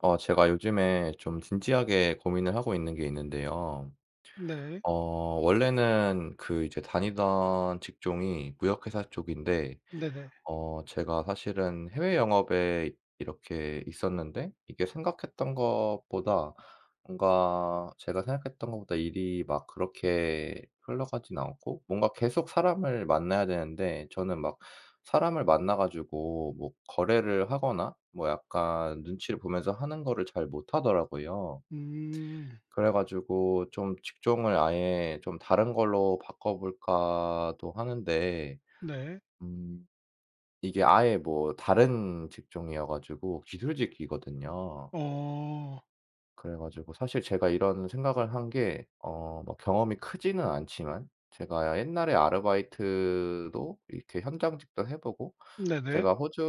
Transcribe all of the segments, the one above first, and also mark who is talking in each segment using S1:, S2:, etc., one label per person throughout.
S1: 제가 요즘에 좀 진지하게 고민을 하고 있는 게 있는데요.
S2: 네.
S1: 어 원래는 그 이제 다니던 직종이 무역회사 쪽인데
S2: 네네.
S1: 제가 사실은 해외 영업에 이렇게 있었는데 이게 생각했던 것보다 뭔가 제가 생각했던 것보다 일이 막 그렇게 흘러가진 않고 뭔가 계속 사람을 만나야 되는데 저는 막 사람을 만나 가지고 뭐 거래를 하거나 뭐 약간 눈치를 보면서 하는 거를 잘 못하더라고요.
S2: 음.
S1: 그래 가지고 좀 '직종을 아예 좀 다른 걸로 바꿔 볼까.'도 하는데
S2: 네.
S1: 음 이게 아예 뭐 다른 직종이어 가지고 기술직이거든요.
S2: 어.
S1: 그래 가지고 사실 제가 이런 생각을 한 게 뭐 경험이 크지는 않지만 제가 옛날에 아르바이트도 이렇게 현장직도 해 보고
S2: 네네.
S1: 제가 호주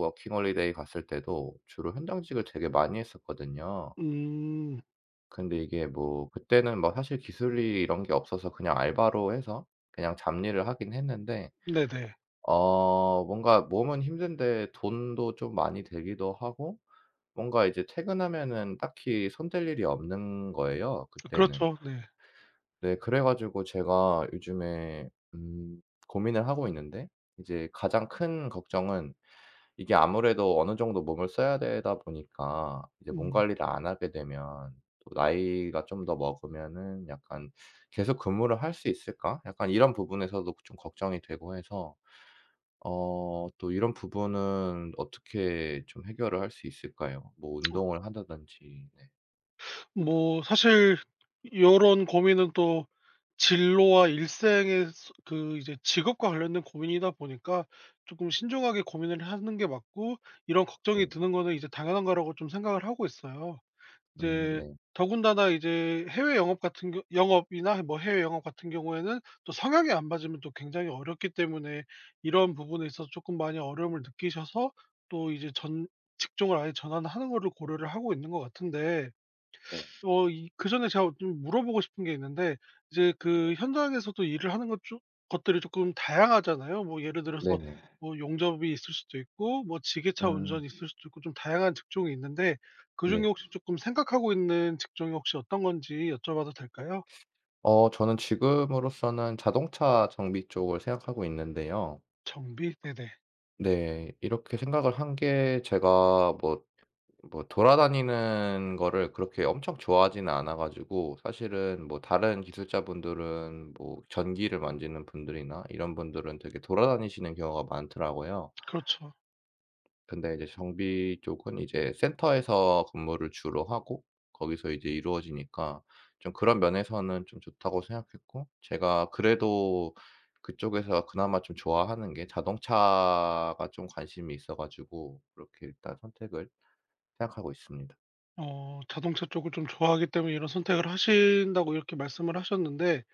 S1: 워킹홀리데이 갔을 때도 주로 현장직을 되게 많이 했었거든요.
S2: 음.
S1: 근데 이게 뭐 그때는 뭐 사실 기술이 이런 게 없어서 그냥 알바로 해서 그냥 잡일을 하긴 했는데
S2: 네네.
S1: 뭔가 몸은 힘든데 돈도 좀 많이 들기도 하고 뭔가 이제 퇴근하면은 딱히 손댈 일이 없는 거예요 그때는.
S2: 그렇죠. 네.
S1: 네, 그래 가지고 제가 요즘에 고민을 하고 있는데 이제 가장 큰 걱정은 이게 아무래도 어느 정도 몸을 써야 되다 보니까 이제 몸
S2: 음.
S1: 관리를 안 하게 되면 또 나이가 좀 더 먹으면은 약간 '계속 근무를 할 수 있을까?' 약간 이런 부분에서도 좀 걱정이 되고 해서 또 이런 부분은 어떻게 좀 해결을 할 수 있을까요? 뭐 운동을 한다든지. 네.
S2: 뭐 사실 요런 고민은 또 진로와 일생의 스 그 이제 직업과 관련된 고민이다 보니까 쪼끔 신중하게 고민을 하는 게 맞고, 이런 걱정이
S1: 음.
S2: 드는 거는 이제 당연한 거라고 좀 생각을 하고 있어요.
S1: 음.
S2: 이제
S1: 네.
S2: 더군다나 이제 해외 영업 같은 경우, 영업이나 뭐 해외 영업 같은 경우에는 또 성향이 안 맞으면 또 굉장히 어렵기 때문에 이런 부분에 있어서 조금 많이 어려움을 느끼셔서 또 이제 전 직종을 아예 전환하는 거를 고려를 하고 있는 것 같은데,
S1: 네.
S2: 어 이 그전에 제가 좀 물어보고 싶은 게 있는데, 이제 그 현장에서도 일을 하는 것들이 조금 다양하잖아요. 뭐 예를 들어서
S1: 네네.
S2: 뭐 용접이 있을 수도 있고 뭐 지게차
S1: 음.
S2: 운전이 있을 수도 있고 좀 다양한 직종이 있는데, 그중에
S1: 네.
S2: 혹시 조금 생각하고 있는 직종이 혹시 어떤 건지 여쭤봐도 될까요?
S1: 저는 지금으로서는 자동차 정비 쪽을 생각하고 있는데요.
S2: 정비? 네네.
S1: 네. 이렇게 생각을 한 게 제가 뭐 돌아다니는 거를 그렇게 엄청 좋아하지는 않아 가지고 사실은 뭐 다른 기술자분들은 뭐 전기를 만지는 분들이나 이런 분들은 되게 돌아다니시는 경우가 많더라고요.
S2: 그렇죠.
S1: 근데 이제 정비 쪽은 이제 센터에서 근무를 주로 하고 거기서 이제 이루어지니까 좀 그런 면에서는 좀 좋다고 생각했고 제가 그래도 그쪽에서 그나마 좀 좋아하는 게 자동차가 좀 관심이 있어 가지고 그렇게 일단 선택을 생각하고 있습니다.
S2: 어 자동차 쪽을 좀 좋아하기 때문에 이런 선택을 하신다고 이렇게 말씀을 하셨는데,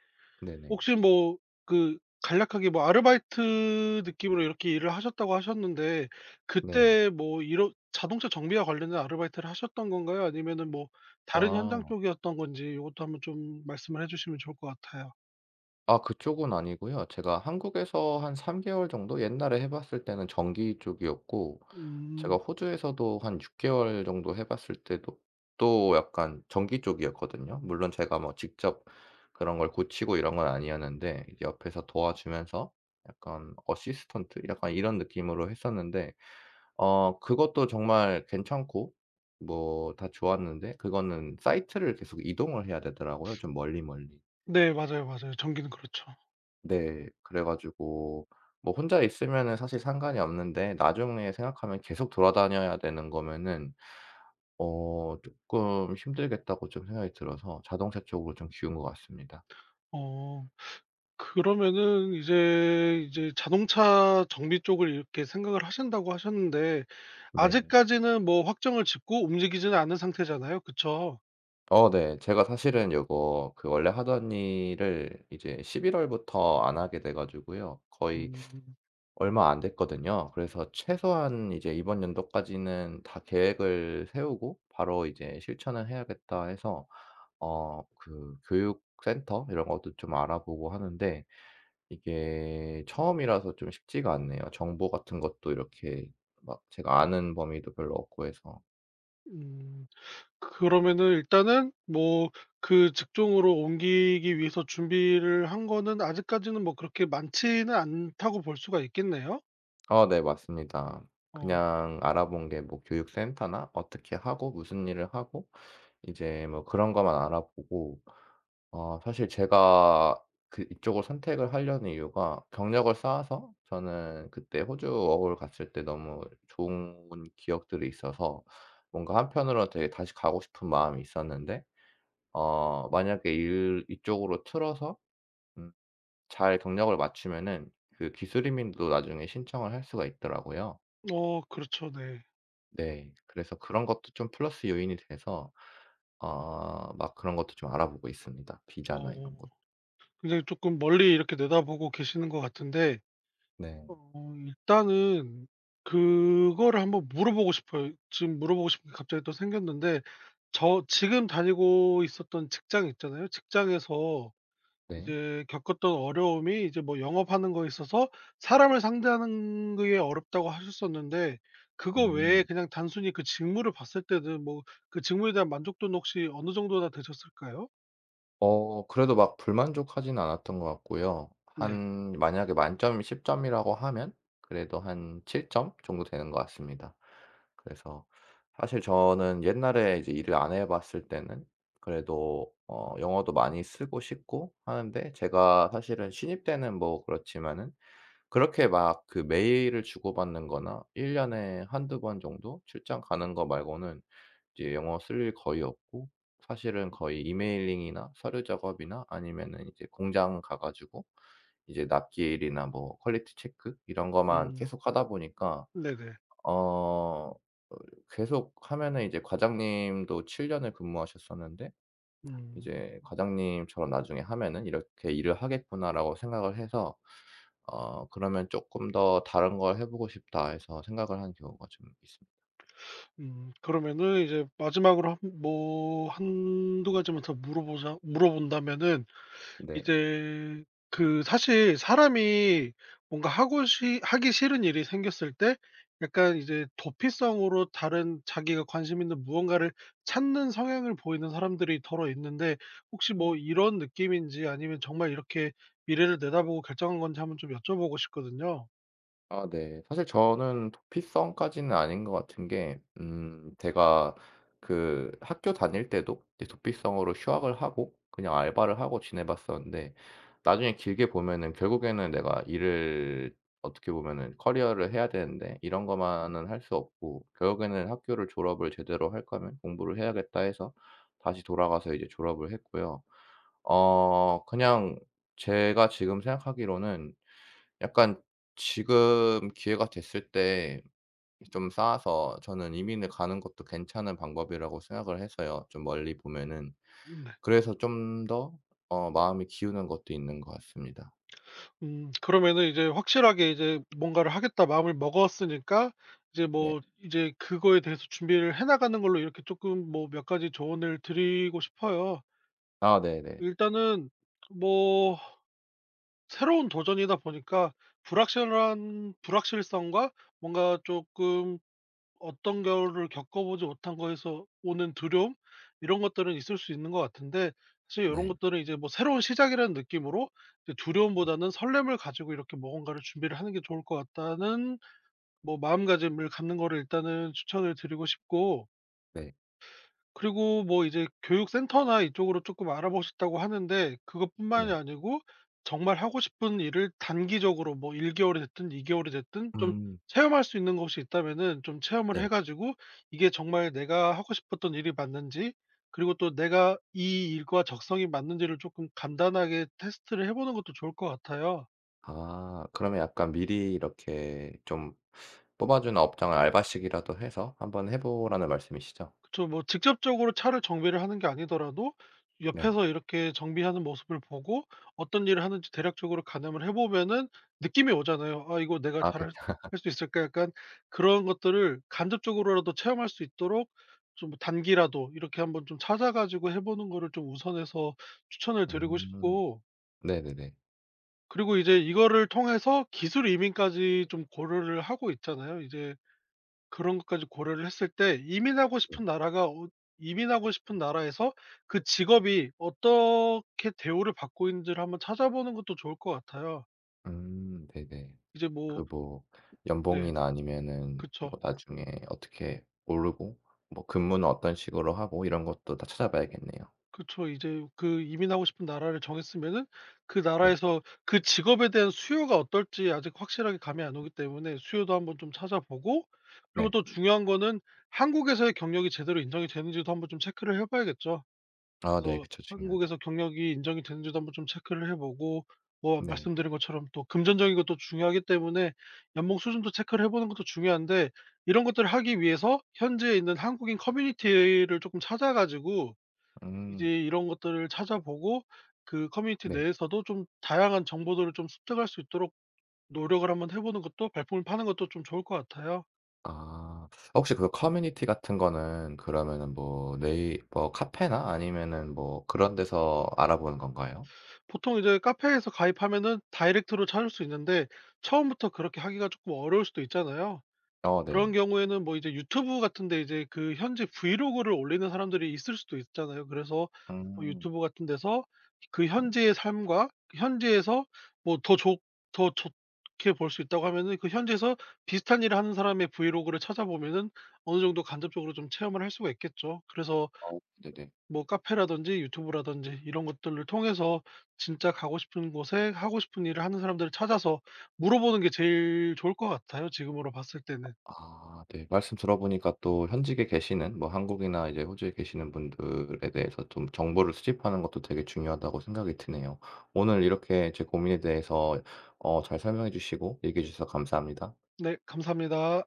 S1: 네네.
S2: 혹시 뭐 그 간략하게 뭐 아르바이트 느낌으로 이렇게 일을 하셨다고 하셨는데
S1: 네.
S2: 그때 뭐 이런 자동차 정비와 관련된 아르바이트를 하셨던 건가요? 아니면은 뭐 다른 현장
S1: 아.
S2: 쪽이었던 건지 요것도 한번 좀 말씀을 해 주시면 좋을 것 같아요.
S1: 아, 그쪽은 아니고요. 제가 한국에서 한 3개월 개월 정도 옛날에 해 봤을 때는 전기 쪽이었고 제가
S2: 음.
S1: 호주에서도 한 6개월 개월 정도 해 봤을 때도 또 약간 전기 쪽이었거든요. 물론 제가 뭐 직접 그런 걸 고치고 이런 건 아니었는데 이제 옆에서 도와주면서 약간 어시스턴트 약간 이런 느낌으로 했었는데 그것도 정말 괜찮고 뭐 다 좋았는데 그거는 사이트를 계속 이동을 해야 되더라고요, 좀 멀리 멀리.
S2: 네 맞아요, 맞아요. 전기는 그렇죠.
S1: 네, 그래 가지고 뭐 혼자 있으면은 사실 상관이 없는데 나중에 생각하면 계속 돌아다녀야 되는 거면은 조금 힘들겠다고 좀 생각이 들어서 자동차 쪽으로 좀 기운 것 같습니다.
S2: 어 그러면은 이제 자동차 정비 쪽을 이렇게 생각을 하신다고 하셨는데,
S1: 네.
S2: 아직까지는 뭐 확정을 짓고 움직이지는 않은 상태잖아요. 그쵸?
S1: 어, 네. 제가 사실은 요거 그 원래 하던 일을 이제 11월 월부터 안 하게 돼 가지고요. 거의
S2: 음.
S1: 얼마 안 됐거든요. 그래서 최소한 이제 이번 연도까지는 다 계획을 세우고 바로 이제 '실천을 해야겠다.' 해서 그 교육센터 이런 것도 좀 알아보고 하는데 이게 처음이라서 좀 쉽지가 않네요. 정보 같은 것도 이렇게 막 제가 아는 범위도 별로 없고 해서.
S2: 음. 그러면은 일단은 뭐 그 직종으로 옮기기 위해서 준비를 한 거는 아직까지는 뭐 그렇게 많지는 않다고 볼 수가 있겠네요.
S1: 아, 네, 맞습니다.
S2: 어.
S1: 그냥 알아본 게 뭐 교육센터나 어떻게 하고 무슨 일을 하고 이제 뭐 그런 것만 알아보고 사실 제가 그 이쪽을 선택을 하려는 이유가 경력을 쌓아서 저는 그때 호주 워홀 갔을 때 너무 좋은 기억들이 있어서 뭔가 한편으로는 되게 다시 가고 싶은 마음이 있었는데 만약에 일 이쪽으로 틀어서 음 잘 경력을 맞추면은 그 기술 이민도 나중에 신청을 할 수가 있더라고요.
S2: 어 그렇죠. 네.
S1: 네. 그래서 그런 것도 좀 플러스 요인이 돼서 막 그런 것도 좀 알아보고 있습니다. 비자나 이런
S2: 어
S1: 것.
S2: 굉장히 조금 멀리 이렇게 내다보고 계시는 것 같은데,
S1: 네.
S2: 어 일단은 그거를 한번 물어보고 싶어요. 지금 물어보고 싶은 게 갑자기 또 생겼는데, 저 지금 다니고 있었던 직장 있잖아요. 직장에서
S1: 네.
S2: 이제 겪었던 어려움이 이제 뭐 영업하는 거에 있어서 사람을 상대하는 그게 어렵다고 하셨었는데, 그거 외에
S1: 음.
S2: 그냥 단순히 그 직무를 봤을 때는 뭐 그 직무에 대한 만족도는 혹시 어느 정도나 되셨을까요?
S1: 그래도 막 불만족하진 않았던 것 같고요.
S2: 네.
S1: 한 만약에 만점 10점 점이라고 하면 그래도 한 7점 정도 되는 것 같습니다. 그래서 사실 저는 옛날에 이제 일을 안 해 봤을 때는 그래도 영어도 많이 쓰고 싶고 하는데 제가 사실은 신입 때는 뭐 그렇지만은 그렇게 막 그 메일을 주고받는 거나 1년 년에 한두 번 정도 출장 가는 거 말고는 이제 영어 쓸 일 거의 없고 사실은 거의 이메일링이나 서류 작업이나 아니면은 이제 공장 가 가지고 이제 납기일이나 뭐 퀄리티 체크 이런 것만
S2: 음.
S1: 계속 하다 보니까
S2: 네네.
S1: 어 어 계속 하면은 이제 과장님도 7년 년을 근무하셨었는데
S2: 음.
S1: 이제 '과장님처럼 나중에 하면은 이렇게 일을 하겠구나.'라고 생각을 해서 그러면 '쪼끔 더 다른 걸 해 보고 싶다.' 해서 생각을 한 경우가 좀 있습
S2: 음. 그러면은 이제 마지막으로 한 뭐 한두 가지만 더 물어보자 물어본다면은,
S1: 니 네.
S2: 이제 그 사실 사람이 뭔가 하고 시 하기 싫은 일이 생겼을 때 약간 이제 도피성으로 다른 자기가 관심 있는 무언가를 찾는 성향을 보이는 사람들이 더러 있는데, 혹시 뭐 이런 느낌인지 아니면 정말 이렇게 미래를 내다보고 결정한 건지 한번 좀 여쭤보고 싶거든요.
S1: 아, 네. 사실 저는 도피성까지는 아닌 것 같은 게 제가 그 학교 다닐 때도 이제 도피성으로 휴학을 하고 그냥 알바를 하고 지내 봤었는데 나중에 길게 보면은 결국에는 내가 일을 어떻게 보면은 커리어를 해야 되는데 이런 것만은 할 수 없고 결국에는 학교를 졸업을 제대로 할 거면 공부를 해야겠다 해서 다시 돌아가서 이제 졸업을 했고요. 그냥 제가 지금 생각하기로는 약간 지금 기회가 됐을 때 좀 쌓아서 저는 이민을 가는 것도 괜찮은 방법이라고 생각을 해서요, 좀 멀리 보면은.
S2: 네.
S1: 그래서 좀 더 마음이 기우는 것도 있는 것 같습니다.
S2: 그러면은 이제 확실하게 이제 뭔가를 하겠다 마음을 먹었으니까 이제
S1: 네.
S2: 뭐 이제 그거에 대해서 준비를 해 나가는 걸로 이렇게 조금 뭐 몇 가지 조언을 드리고 싶어요.
S1: 아, 네네.
S2: 일단은 뭐 새로운 도전이다 보니까 불확실한 불확실성과 뭔가 조금 어떤 겨울을 겪어보지 못한 거에서 오는 두려움, 이런 것들은 있을 수 있는 것 같은데, 사실 이런
S1: 네.
S2: 것들은 이제 뭐 새로운 시작이라는 느낌으로 이제 두려움보다는 설렘을 가지고 이렇게 뭔가를 준비를 하는 게 좋을 것 같다는 뭐 마음가짐을 갖는 거를 일단은 추천을 드리고 싶고,
S1: 네.
S2: 그리고 뭐 이제 교육센터나 이쪽으로 조금 알아보셨다고 하는데, 그것뿐만이
S1: 네.
S2: 아니고 정말 하고 싶은 일을 단기적으로 뭐 1개월 개월이 됐든 2개월 개월이 됐든 좀
S1: 음,
S2: 체험할 수 있는 것이 있다면은 좀 체험을
S1: 네.
S2: 해 가지고, 이게 정말 내가 하고 싶었던 일이 맞는지 그리고 또 내가 이 일과 적성이 맞는지를 조금 간단하게 테스트를 해 보는 것도 좋을 것 같아요.
S1: 아, 그러면 약간 미리 이렇게 좀 뽑아 주는 업장을 알바식이라도 해서 한번 해 보라는 말씀이시죠?
S2: 그뭐 직접적으로 차를 정비를 하는 게 아니더라도
S1: 네.
S2: 옆에서 이렇게 정비하는 모습을 보고 어떤 일을 하는지 대략적으로 가늠을 해 보면은 느낌이 오잖아요. '아 이거 내가
S1: 아,
S2: 잘할
S1: 그쵸.
S2: 할 수 있을까?' 약간 그런 것들을 간접적으로라도 체험할 수 있도록 좀 단기라도 이렇게 한번 좀 찾아 가지고 해 보는 거를 좀 우선해서 추천을 드리고
S1: 음.
S2: 싶고,
S1: 네네네.
S2: 그리고 이제 이거를 통해서 기술 이민까지 좀 고려를 하고 있잖아요. 이제 그런 것까지 고려를 했을 때 이민하고
S1: 네.
S2: 싶은 나라가 이민하고 싶은 나라에서 그 직업이 어떻게 대우를 받고 있는지를 한번 찾아보는 것도 좋을 것 같아요.
S1: 음, 네네.
S2: 이제 뭐
S1: 그 뭐
S2: 네.
S1: 연봉이나 아니면은
S2: 그쵸.
S1: 뭐 나중에 어떻게 오르고 뭐 근무는 어떤 식으로 하고 이런 것도 다 찾아봐야겠네요.
S2: 그쵸. 이제 그 이민하고 싶은 나라를 정했으면은 그
S1: 네.
S2: 나라에서 그 직업에 대한 수요가 어떨지 아직 확실하게 감이 안 오기 때문에 수요도 한번 좀 찾아보고, 그리고
S1: 네.
S2: 또 중요한 거는 한국에서의 경력이 제대로 인정이 되는지도 한번 좀 체크를 해 봐야겠죠.
S1: 아, 네.
S2: 그래서
S1: 그쵸. 중요하죠.
S2: 한국에서 경력이 인정이 되는지도 한번 좀 체크를 해 보고, 뭐
S1: 네.
S2: 말씀드린 것처럼 또 금전적인 것도 중요하기 때문에 연봉 수준도 체크를 해 보는 것도 중요한데, 이런 것들을 하기 위해서 현지에 있는 한국인 커뮤니티를 쪼끔 찾아 가지고 이제
S1: 음,
S2: 이런 것들을 찾아보고 그 커뮤니티
S1: 네.
S2: 내에서도 좀 다양한 정보들을 좀 습득할 수 있도록 노력을 한번 해 보는 것도, 발품을 파는 것도 좀 좋을 것 같아요.
S1: 아, 혹시 그 커뮤니티 같은 거는 그러면은 뭐 네이 뭐 카페나 아니면은 뭐 그런 데서 알아보는 건가요?
S2: 보통 이제 카페에서 가입하면은 다이렉트로 찾을 수 있는데, 처음부터 그렇게 하기가 쪼끔 어려울 수도 있잖아요.
S1: 어, 네.
S2: 그런 경우에는 뭐 이제 유튜브 같은 데 이제 그 현지 브이로그를 올리는 사람들이 있을 수도 있잖아요. 그래서 뭐
S1: 음.
S2: 유튜브 같은 데서 그 현지의 삶과 그 현지에서 뭐 더 좋 더 좋게 볼 수 있다고 하면은 그 현지에서 비슷한 일을 하는 사람의 브이로그를 찾아보면은 어느 정도 간접적으로 좀 체험을 할 수가 있겠죠. 그래서
S1: 어, 네네.
S2: 뭐 카페라든지 유튜브라든지 이런 것들을 통해서 진짜 가고 싶은 곳에 하고 싶은 일을 하는 사람들을 찾아서 물어보는 게 제일 좋을 것 같아요, 지금으로 봤을 때는.
S1: 아, 네. 말씀 들어보니까 또 현직에 계시는 뭐 한국이나 이제 호주에 계시는 분들에 대해서 좀 정보를 수집하는 것도 되게 중요하다고 생각이 드네요. 오늘 이렇게 제 고민에 대해서 잘 설명해 주시고 얘기해 주셔서 감사합니다.
S2: 네 감사합니다.